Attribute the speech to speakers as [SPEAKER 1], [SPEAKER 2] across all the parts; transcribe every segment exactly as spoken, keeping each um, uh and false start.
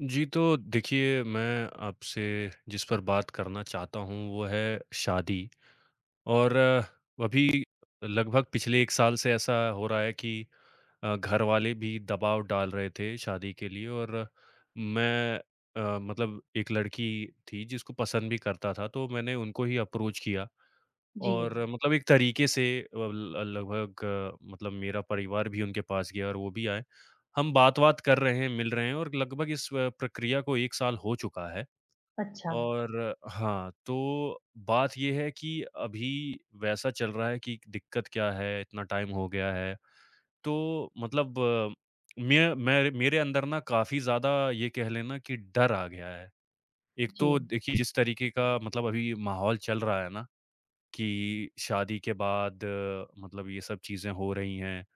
[SPEAKER 1] जी, तो देखिए मैं आपसे जिस पर बात करना चाहता हूँ वो है शादी और अ, अभी लगभग पिछले एक साल से ऐसा हो रहा है कि अ, घर वाले भी दबाव डाल रहे थे शादी के लिए और मैं अ, मतलब एक लड़की थी जिसको पसंद भी करता था, तो मैंने उनको ही अप्रोच किया।
[SPEAKER 2] जी,
[SPEAKER 1] और मतलब एक तरीके से अ, ल लगभग अ, मतलब मेरा परिवार भी उनके पास गया और वो भी आए। हम बात-वात कर रहे हैं, मिल रहे हैं और लगभग इस अ, प्रक्रिया को एक साल हो चुका है।
[SPEAKER 2] अच्छा।
[SPEAKER 1] और हाँ, तो बात ये है कि अभी वैसा चल रहा है कि दिक्कत क्या है, इतना टाइम हो गया है। तो मतलब अ, मैं मैं मेरे अंदर ना काफ़ी ज़्यादा ये कह लेना कि डर आ गया है। एक
[SPEAKER 2] जी।
[SPEAKER 1] तो देखिए जिस तरीके का मतलब अभी माहौल चल रहा है ना कि शादी के बाद अ, मतलब ये सब चीज़ें हो रही हैं अ,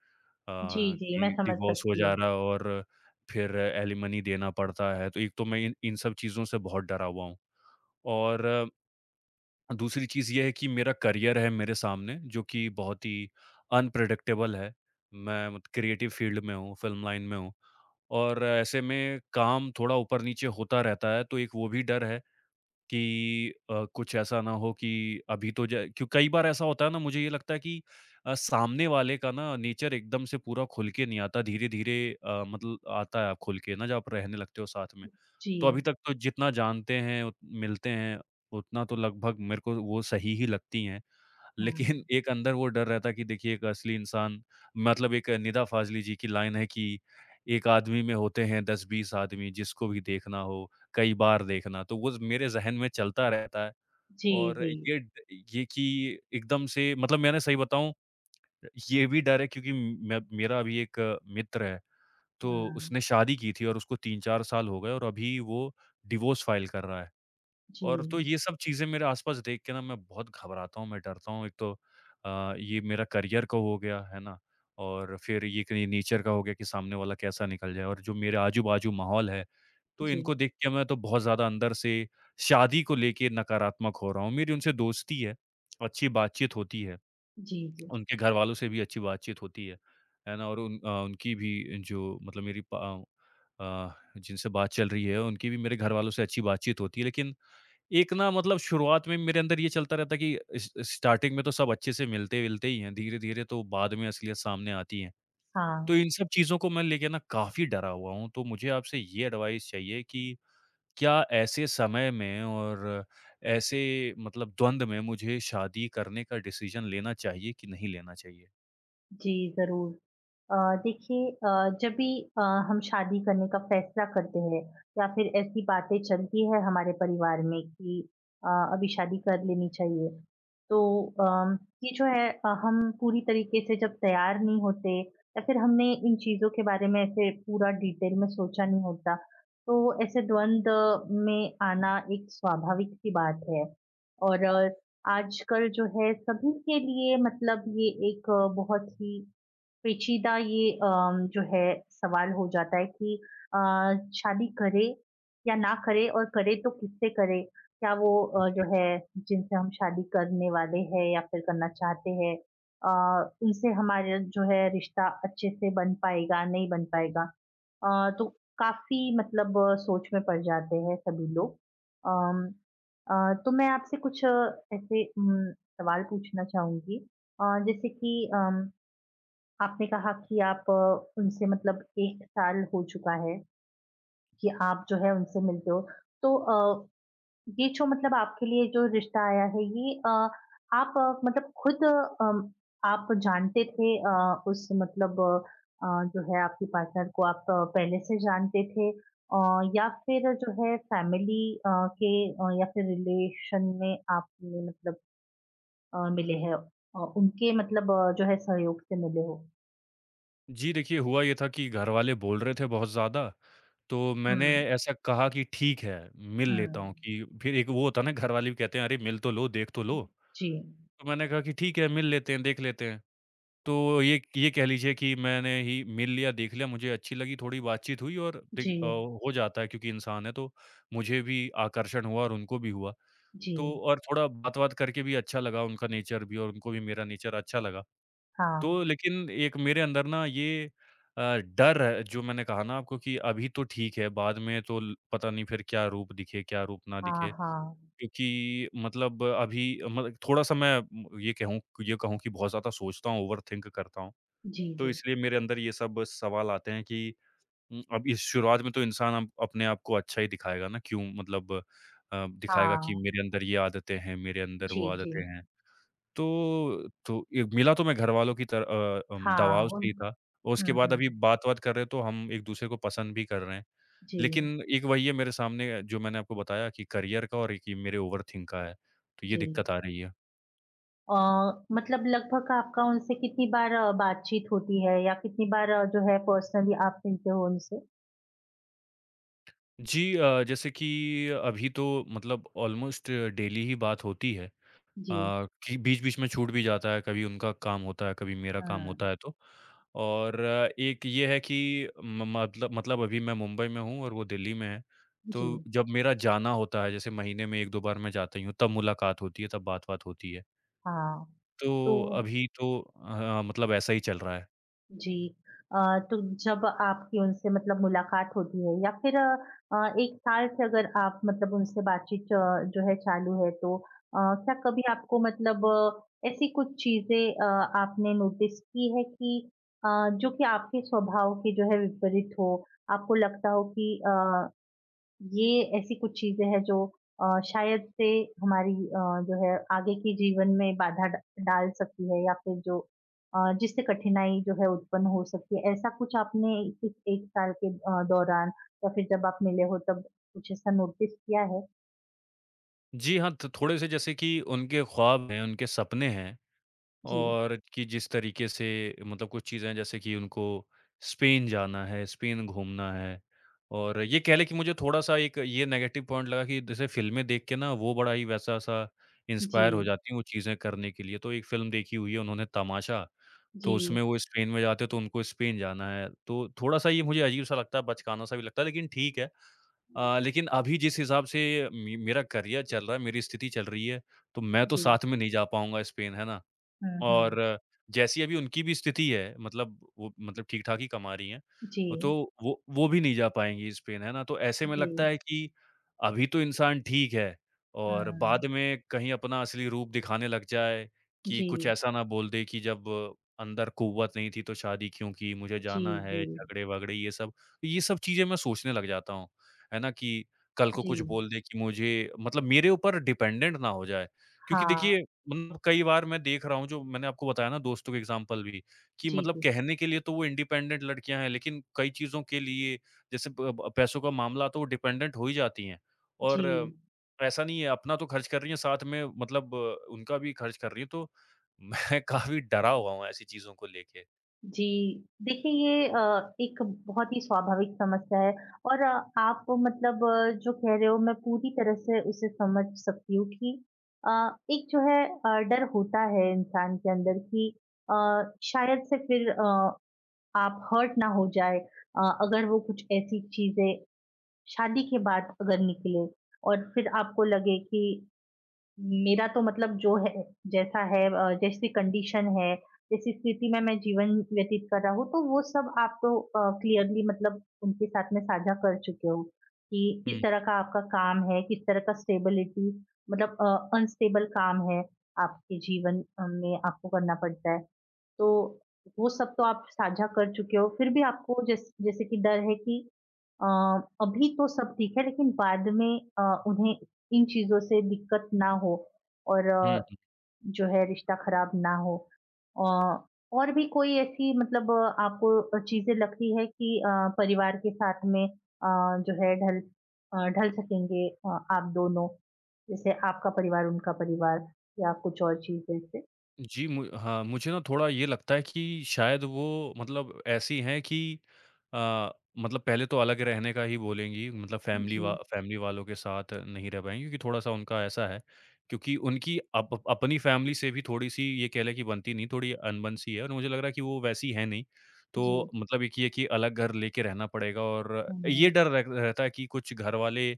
[SPEAKER 2] जी, जी, मैं
[SPEAKER 1] कि
[SPEAKER 2] समझ
[SPEAKER 1] डिवोर्स हो
[SPEAKER 2] सकती
[SPEAKER 1] जा
[SPEAKER 2] हूँ।
[SPEAKER 1] रहा है और फिर एलिमनी देना पड़ता है, तो एक तो मैं इन इन सब चीज़ों से बहुत डरा हुआ हूँ। और अ, दूसरी चीज़ ये है कि मेरा करियर है मेरे सामने जो कि बहुत ही अनप्रेडिक्टेबल है। मैं मत क्रिएटिव फ़ील्ड में हूँ, फ़िल्म लाइन में हूँ और ऐसे में काम थोड़ा ऊपर-नीचे होता रहता है, तो एक वो भी डर है। कि अ, कुछ ऐसा ना हो कि अभी तो जा क्यों कई बार ऐसा होता है ना मुझे ये लगता है कि अ, सामने वाले का ना नेचर एकदम से पूरा खुल के नहीं आता धीरे-धीरे अ, मतलब आता है आप खुल के ना जब आप रहने लगते हो साथ में।
[SPEAKER 2] जी,
[SPEAKER 1] तो अभी तक तो जितना जानते हैं उत मिलते हैं, उतना तो लगभग मेरे को वो सही ही लगती हैं। लेकिन
[SPEAKER 2] हाँ।
[SPEAKER 1] एक अंदर वो डर रहता कि देखिए एक असली इंसान मतलब एक निदा फ़ाज़ली जी की लाइन है कि एक आदमी में होते हैं दस बीस आदमी, जिसको भी देखना हो, कई बार देखना। तो वो मेरे ज़हन में चलता रहता है
[SPEAKER 2] जी,
[SPEAKER 1] और
[SPEAKER 2] जी,
[SPEAKER 1] ये ड ये कि एकदम से मतलब मैंने सही बताऊँ ये भी डर है क्योंकि मैं मेरा अभी एक मित्र है, तो
[SPEAKER 2] हाँ।
[SPEAKER 1] उसने शादी की थी और उसको तीन चार साल हो गए और अभी वो डिवोर्स फ़ाइल कर रहा है।
[SPEAKER 2] जी,
[SPEAKER 1] और तो ये सब चीज़ें मेरे आस-पास देख के ना मैं बहुत घबराता हूँ, मैं डरता हूँ। एक तो अ, ये मेरा करियर का हो गया, है ना? और फिर ये कहीं नेचर का हो गया कि सामने वाला कैसा निकल जाए और जो मेरे आजू-बाजू माहौल है, तो
[SPEAKER 2] जी,
[SPEAKER 1] इनको देख के मैं तो बहुत ज़्यादा अंदर से शादी को लेके नकारात्मक हो रहा हूँ। मेरी उनसे दोस्ती है, अच्छी बातचीत होती है,
[SPEAKER 2] जी, जी।
[SPEAKER 1] उनके घरवालों से भी अच्छी बातचीत होती है, है ना? और उन अ, उनकी भी जो मतलब मेरी प अ, जिनसे बात चल रही है, उनकी भी मेरे घरवालों से अच्छी बातचीत होती है। लेकिन एक ना मतलब शुरुआत में मेरे अंदर ये चलता रहता कि इस स्टार्टिंग में तो सब अच्छे से मिलते-विलते ही हैं, धीरे-धीरे तो बाद में असलियत सामने आती है। तो
[SPEAKER 2] हाँ,
[SPEAKER 1] इन सब चीज़ों को मैं लेके ना काफ़ी डरा हुआ हूँ, तो मुझे आपसे ये एडवाइस चाहिए कि क्या ऐसे समय में और ऐसे मतलब द्वंद में मुझे शादी करने का डिसीज़न लेना चाहिए कि नहीं लेना चाहिए?
[SPEAKER 2] जी, ज़रूर। अ, देखिए, अ, जब भी अ, हम शादी करने का फैसला करते हैं या फिर ऐसी बातें चलती है हमारे परिवार में कि अ, अभी शादी कर लेनी चाहिए, तो अम, ये जो है अ, हम पूरी तरीके से जब तैयार नहीं होते या फिर हमने इन चीज़ों के बारे में ऐसे पूरा डिटेल में सोचा नहीं होता, तो ऐसे द्वंद्व में आना एक स्वाभाविक सी बात है। और अ, आजकल जो है सभी के लिए, मतलब ये एक अ, बहुत ही पेचीदा ये अम, जो है सवाल हो जाता है कि अ, शादी करे या ना करे, और करे तो किससे करे? क्या वो अ, जो
[SPEAKER 1] जी।
[SPEAKER 2] है जिनसे हम शादी करने वाले हैं या फिर करना चाहते हैं, अ, उनसे हमारा जो है रिश्ता अच्छे से बन पाएगा, नहीं बन पाएगा? अ, तो काफ़ी मतलब अ, सोच में पड़ जाते हैं सभी लोग। अम, अ, तो मैं आपसे कुछ अ, ऐसे उम, सवाल पूछना चाहूँगी, अ, जैसे कि अम आपने कहा कि आप अ, उनसे, मतलब एक साल हो चुका है कि आप जो है उनसे मिलते हो। तो अ, ये जो मतलब आपके लिए जो रिश्ता आया है, ये अ, आप अ, मतलब खुद अ, अम, आप जानते थे अ, उस मतलब अ, अ, जो है आपके पार्टनर को आप अ, पहले से जानते थे, अ, या फिर जो है फैमिली अ, के अ, या फिर रिलेशन में आपने मतलब अ, मिले हैं अ, उनके, मतलब अ, जो है सहयोग से मिले हो?
[SPEAKER 1] जी, देखिए हुआ ये था कि घरवाले बोल रहे थे बहुत ज़्यादा, तो
[SPEAKER 2] हुँ,
[SPEAKER 1] मैंने ऐसा कहा कि ठीक है, मिल लेता हूँ
[SPEAKER 2] हुँ।
[SPEAKER 1] कि फिर एक वो होता है ना घरवाले भी कहते हैं, "अरे मिल तो लो, देख तो लो।"
[SPEAKER 2] जी,
[SPEAKER 1] तो मैंने कहा कि ठीक है, मिल लेते हैं, देख लेते हैं। तो ये ये कह लीजिए कि मैंने ही मिल लिया, देख लिया, मुझे अच्छी लगी, थोड़ी बातचीत हुई और देखि
[SPEAKER 2] जी,
[SPEAKER 1] अ, हो जाता है क्योंकि इंसान है तो मुझे भी आकर्षण हुआ और उनको भी हुआ। तो
[SPEAKER 2] जी,
[SPEAKER 1] और थोड़ा बात-वात करके भी अच्छा लगा, उनका नेचर भी और उनको भी मेरा नेचर अच्छा लगा।
[SPEAKER 2] हाँ,
[SPEAKER 1] तो लेकिन एक मेरे अंदर ना ये अ, डर है जो मैंने कहा ना आपको कि अभी तो ठीक है, बाद में तो ल पता नहीं फिर क्या रूप दिखे, क्या रूप ना दिखे।
[SPEAKER 2] हाँ, हाँ,
[SPEAKER 1] क्योंकि मतलब अभी मतलब थोड़ा-सा मैं म ये कहूँ ये कहूँ कि बहुत ज़्यादा सोचता हूँ, ओवरथिंक करता हूँ।
[SPEAKER 2] जी,
[SPEAKER 1] तो
[SPEAKER 2] जी,
[SPEAKER 1] इसलिए मेरे अंदर ये सब सवाल आते हैं कि उम, अब इस शुरुआत में तो इंसान अब अपने आप को अच्छा ही दिखाएगा ना, क्यों मतलब अ, दिखाएगा कि
[SPEAKER 2] हाँ,
[SPEAKER 1] मेरे अंदर ये आदतें हैं, मेरे अंदर
[SPEAKER 2] जी,
[SPEAKER 1] वो
[SPEAKER 2] जी,
[SPEAKER 1] आदतें हैं। तो तो ये मिला तो मैं घरवालों की तर अ, अम,
[SPEAKER 2] हाँ,
[SPEAKER 1] दबाव से
[SPEAKER 2] उन
[SPEAKER 1] ही था। और उसके
[SPEAKER 2] हुँ,
[SPEAKER 1] बाद अभी
[SPEAKER 2] हुँ,
[SPEAKER 1] बात-वात कर रहे हैं, तो हम एक-दूसरे को पसंद भी कर रहे हैं।
[SPEAKER 2] जी,
[SPEAKER 1] लेकिन एक वही है मेरे सामने जो मैंने आपको बताया कि करियर का और एक ये मेरे ओवरथिंक का है, तो ये
[SPEAKER 2] जी।
[SPEAKER 1] दिक्कत आ रही है।
[SPEAKER 2] अ, मतलब लगभग आपका उनसे कितनी बार अ, बातचीत होती है, या कितनी बार अ, जो है पर्सनली आप मिलते हो उनसे?
[SPEAKER 1] जी अ, जैसे कि अभी तो मतलब ऑलमोस्ट डेली ही बात होती है अ,
[SPEAKER 2] जी,
[SPEAKER 1] कि बीच-बीच में छूट भी जाता है, कभी उनका काम होता है, कभी मेरा काम
[SPEAKER 2] हाँ,
[SPEAKER 1] होता है तो। और अ, एक ये है कि म मतलब मतलब अभी मैं मुंबई में हूँ और वो दिल्ली में है, तो
[SPEAKER 2] जी,
[SPEAKER 1] जब मेरा जाना होता है, जैसे महीने में एक दो बार मैं जाता ही हूँ, तब मुलाकात होती है, तब बात-वात होती है।
[SPEAKER 2] हाँ,
[SPEAKER 1] तो
[SPEAKER 2] तो
[SPEAKER 1] अभी तो हाँ, मतलब ऐसा ही चल रहा है।
[SPEAKER 2] जी। अ, तो जब आपकी उनसे मतलब मुलाकात होती है, या फिर अ, एक साल से अगर आप मतलब उनसे बातचीत अ, जो है चालू है, तो अ, क्या कभी आपको मतलब अ, ऐसी कुछ चीज़ें अ, आपने नोटिस की है कि अ, जो कि आपके स्वभाव के जो है विपरीत हो? आपको लगता हो कि अ, ये ऐसी कुछ चीज़ें हैं जो अ, शायद से हमारी अ, जो है आगे के जीवन में बाधा डा डाल सकती है, या फिर जो अ, जिससे कठिनाई जो है उत्पन्न हो सकती है। ऐसा कुछ आपने इस एक साल के अ, दौरान, या फिर जब आप मिले हो तब कुछ ऐसा नोटिस किया है?
[SPEAKER 1] जी हाँ, तो थोड़े-से जैसे कि उनके ख्वाब हैं, उनके सपने हैं
[SPEAKER 2] जी,
[SPEAKER 1] और कि जिस तरीके से मतलब कुछ चीज़ें हैं जैसे कि उनको स्पेन जाना है, स्पेन घूमना है और ये कह लें कि मुझे थोड़ा-सा एक ये नेगेटिव पॉइंट लगा कि जैसे फ़िल्में देख के ना वो बड़ा ही वैसा-सा इंस्पायर हो
[SPEAKER 2] जी,
[SPEAKER 1] जाती हैं वो चीज़ें करने के लिए। तो एक फ़िल्म देखी हुई है उन्होंने तमाशा, तो
[SPEAKER 2] जी,
[SPEAKER 1] उसमें वो स्पेन में जाते हैं तो उनको स्पेन जाना है। तो थोड़ा-सा ये मुझे अजीब-सा लगता है, बचकाना-सा भी लगता है लेकिन ठीक है। अ, लेकिन अभी जिस हिसाब से मे मेरा करियर चल रहा है, मेरी स्थिति चल रही है, तो मैं तो
[SPEAKER 2] जी।
[SPEAKER 1] साथ में नहीं जा पाऊँगा स्पेन, है ना?
[SPEAKER 2] हुँ, हुँ।
[SPEAKER 1] और जैसी अभी उनकी भी स्थिति है मतलब वो मतलब ठीक-ठाक ही कमा रही हैं,
[SPEAKER 2] जी,
[SPEAKER 1] तो वो वो भी नहीं जा पाएँगी स्पेन, है ना? तो ऐसे में
[SPEAKER 2] जी।
[SPEAKER 1] लगता है कि अभी तो इंसान ठीक है और
[SPEAKER 2] हुँ।
[SPEAKER 1] बाद में कहीं अपना असली रूप दिखाने लग जाए कि कुछ
[SPEAKER 2] जी,
[SPEAKER 1] ऐसा ना बोल दे कि जब अंदर कुव्वत नहीं थी तो शादी क्यों की, मुझे
[SPEAKER 2] जी,
[SPEAKER 1] जाना है,
[SPEAKER 2] जी,
[SPEAKER 1] झगड़े-वगड़े ये सब। तो ये सब चीज़ें मैं सोचने लग जाता हूँ, है ना? कि कल को
[SPEAKER 2] जी।
[SPEAKER 1] कुछ बोल दे कि मुझे मतलब मेरे ऊपर डिपेंडेंट ना हो जाए। क्योंकि
[SPEAKER 2] हाँ।
[SPEAKER 1] देखिए मतलब कई बार मैं देख रहा हूँ जो मैंने आपको बताया ना दोस्तों के एग्जाम्पल भी कि
[SPEAKER 2] जी,
[SPEAKER 1] मतलब
[SPEAKER 2] जी।
[SPEAKER 1] कहने के लिए तो वो इंडिपेंडेंट लड़कियां हैं लेकिन कई चीज़ों के लिए जैसे प- प- पैसों का मामला तो वो डिपेंडेंट हो ही जाती हैं
[SPEAKER 2] जी।
[SPEAKER 1] और ऐसा नहीं है अपना तो खर्च कर रही हैं साथ में मतलब अ, उनका भी खर्च कर रही है तो मैं काफी डरा हुआ हूँ ऐसी चीज़ों को लेके।
[SPEAKER 2] जी, देखिए, ये अ, एक बहुत ही स्वाभाविक समस्या है, और अ, आप मतलब अ, जो कह रहे हो, मैं पूरी तरह से उसे समझ सकती हूँ कि अ, एक जो है अ, डर होता है इंसान के अंदर कि अ, शायद से फिर अ, आप हर्ट ना हो जाए, अ, अगर वो कुछ ऐसी चीज़ें शादी के बाद अगर निकले, और फिर आपको लगे कि मेरा तो, मतलब जो है जैसा है, अ, जैसी कंडीशन है, जैसी स्थिति में मैं जीवन व्यतीत कर रहा हूँ, तो वो सब आप तो अ, क्लियरली मतलब उनके साथ में साझा कर चुके हो कि किस तरह का आपका काम है, किस तरह का स्टेबिलिटी, मतलब अ, अनस्टेबल काम है, आपके जीवन अ, में आपको करना पड़ता है। तो वो सब तो आप साझा कर चुके हो, फिर भी आपको जैस जैसे कि डर है कि अ, अभी तो सब ठीक है, लेकिन बाद में अ, उन्हें इन चीज़ों से दिक्कत ना हो, और अ,
[SPEAKER 1] हम्म।
[SPEAKER 2] जो है रिश्ता खराब ना हो। अ, और भी कोई ऐसी मतलब आपको अ, चीज़ें लगती है कि अ, परिवार के साथ में अ, जो है ढल अ, ढल सकेंगे अ, आप दोनों? जैसे आपका परिवार, उनका परिवार, या कुछ और चीज़ ऐसे?
[SPEAKER 1] जी, मु हाँ, मुझे ना थोड़ा ये लगता है कि शायद वो मतलब ऐसी हैं कि अ, मतलब पहले तो अलग रहने का ही बोलेंगी मतलब फैमिली वा
[SPEAKER 2] जी।
[SPEAKER 1] फैमिली वालों के साथ नहीं रह पाएँगी क्योंकि थोड़ा-सा उनका ऐसा है, क्योंकि उनकी अप अप- अपनी फैमिली से भी थोड़ी-सी ये कह लें कि बनती नहीं, थोड़ी अनबन सी है और मुझे लग रहा है कि वो वैसी है नहीं।
[SPEAKER 2] जी,
[SPEAKER 1] तो
[SPEAKER 2] जी।
[SPEAKER 1] मतलब एक ये कि अलग घर लेके रहना पड़ेगा और ये
[SPEAKER 2] हुँ।
[SPEAKER 1] डर रह रहता है कि कुछ घर वाले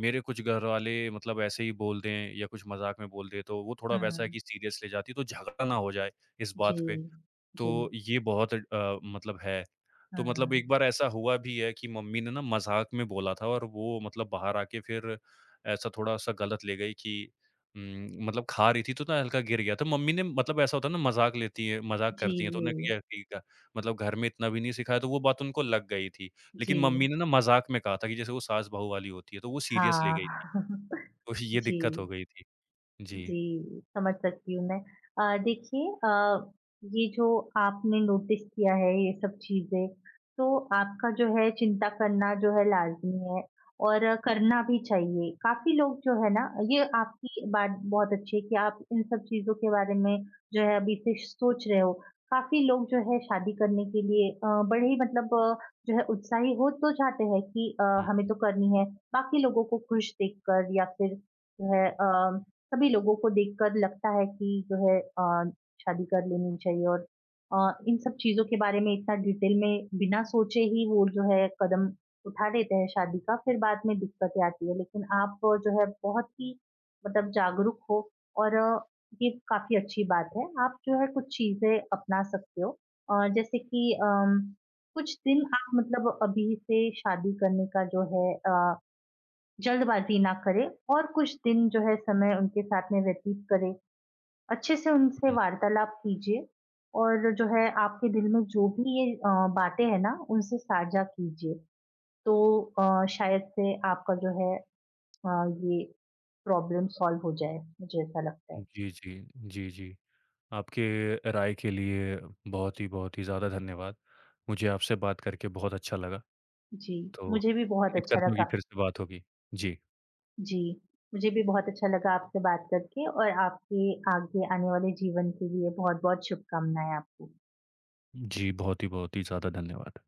[SPEAKER 1] मेरे कुछ घरवाले मतलब ऐसे ही बोल दें या कुछ मज़ाक में बोल दें, तो वो थोड़ा वैसा है
[SPEAKER 2] हुँ।
[SPEAKER 1] कि सीरियस ले जाती है, तो झगड़ा ना हो जाए इस
[SPEAKER 2] जी,
[SPEAKER 1] बात पे।
[SPEAKER 2] जी।
[SPEAKER 1] तो ये बहुत अ, मतलब है। तो मतलब
[SPEAKER 2] हुँ।
[SPEAKER 1] एक बार ऐसा हुआ भी है कि मम्मी ने ना मज़ाक में बोला था और वो मतलब बाहर आके फिर ऐसा थोड़ा-सा गलत ले गई कि उम, मतलब खा रही थी तो ना हल्का गिर गया। तो मम्मी ने मतलब ऐसा होता है ना मज़ाक लेती हैं मज़ाक
[SPEAKER 2] जी,
[SPEAKER 1] करती हैं तो
[SPEAKER 2] जी,
[SPEAKER 1] उन्होंने किया ठीक है। मतलब घर में इतना भी नहीं सिखाया तो वो बात उनको लग गई थी।
[SPEAKER 2] जी।
[SPEAKER 1] लेकिन मम्मी ने ना मज़ाक में कहा था कि जैसे वो सास-बहू वाली होती है तो वो सीरियस ले गई थी।
[SPEAKER 2] हाँ।
[SPEAKER 1] तो ये
[SPEAKER 2] जी।
[SPEAKER 1] दिक्कत हो गई थी। जी।
[SPEAKER 2] जी, समझ सकती हूँ मैं। अ, देखिए, अ, ये जो आपने नोटिस किया है ये सब चीज़ें, तो आपका जो है चिंता करना जो है लाज़मी है, और अ, करना भी चाहिए। काफ़ी लोग जो है ना, ये आपकी बात बहुत अच्छी है कि आप इन सब चीज़ों के बारे में जो है अभी से सोच रहे हो। काफ़ी लोग जो है शादी करने के लिए अ, बड़े ही मतलब अ, जो है उत्साही हो तो जाते हैं कि अ,
[SPEAKER 1] हुँ,
[SPEAKER 2] हमें तो करनी है। बाकी लोगों को खुश देखकर, या फिर जो है अ सभी लोगों को देखकर लगता है कि जो है अ, शादी कर लेनी चाहिए, और अ, इन सब चीज़ों के बारे में इतना डिटेल में बिना सोचे ही वो जो है कदम उठा लेते हैं शादी का, फिर बाद में दिक्कतें आती है। लेकिन आप जो है बहुत ही मतलब जागरूक हो, और अ, ये काफ़ी अच्छी बात है। आप जो है कुछ चीज़ें अपना सकते हो, अ, जैसे कि अम, कुछ दिन आप मतलब अभी से शादी करने का जो है अ जल्दबाज़ी ना करें, और कुछ दिन जो है समय उनके साथ में व्यतीत करें। अच्छे से उनसे
[SPEAKER 1] हुँ।
[SPEAKER 2] वार्तालाप कीजिए, और जो है आपके दिल में जो भी ये अ, बातें हैं ना, उनसे साझा कीजिए। तो अ, शायद से आपका जो है अ, ये प्रॉब्लम सॉल्व हो जाए, मुझे ऐसा लगता है।
[SPEAKER 1] जी, जी। जी, जी। आपके राय के लिए बहुत ही बहुत ही ज़्यादा धन्यवाद। मुझे आपसे बात करके बहुत अच्छा लगा,
[SPEAKER 2] जी,
[SPEAKER 1] तो
[SPEAKER 2] मुझे भी बहुत
[SPEAKER 1] उम्मीद
[SPEAKER 2] अच्छा
[SPEAKER 1] करता हूँ कि
[SPEAKER 2] लगा।
[SPEAKER 1] फिर से बात होगी। जी,
[SPEAKER 2] जी, मुझे भी बहुत अच्छा लगा आपसे बात करके, और आपके आगे आने वाले जीवन के लिए बहुत-बहुत शुभकामनाएँ आपको।
[SPEAKER 1] जी, बहुत ही बहुत ही ज़्यादा धन्यवाद।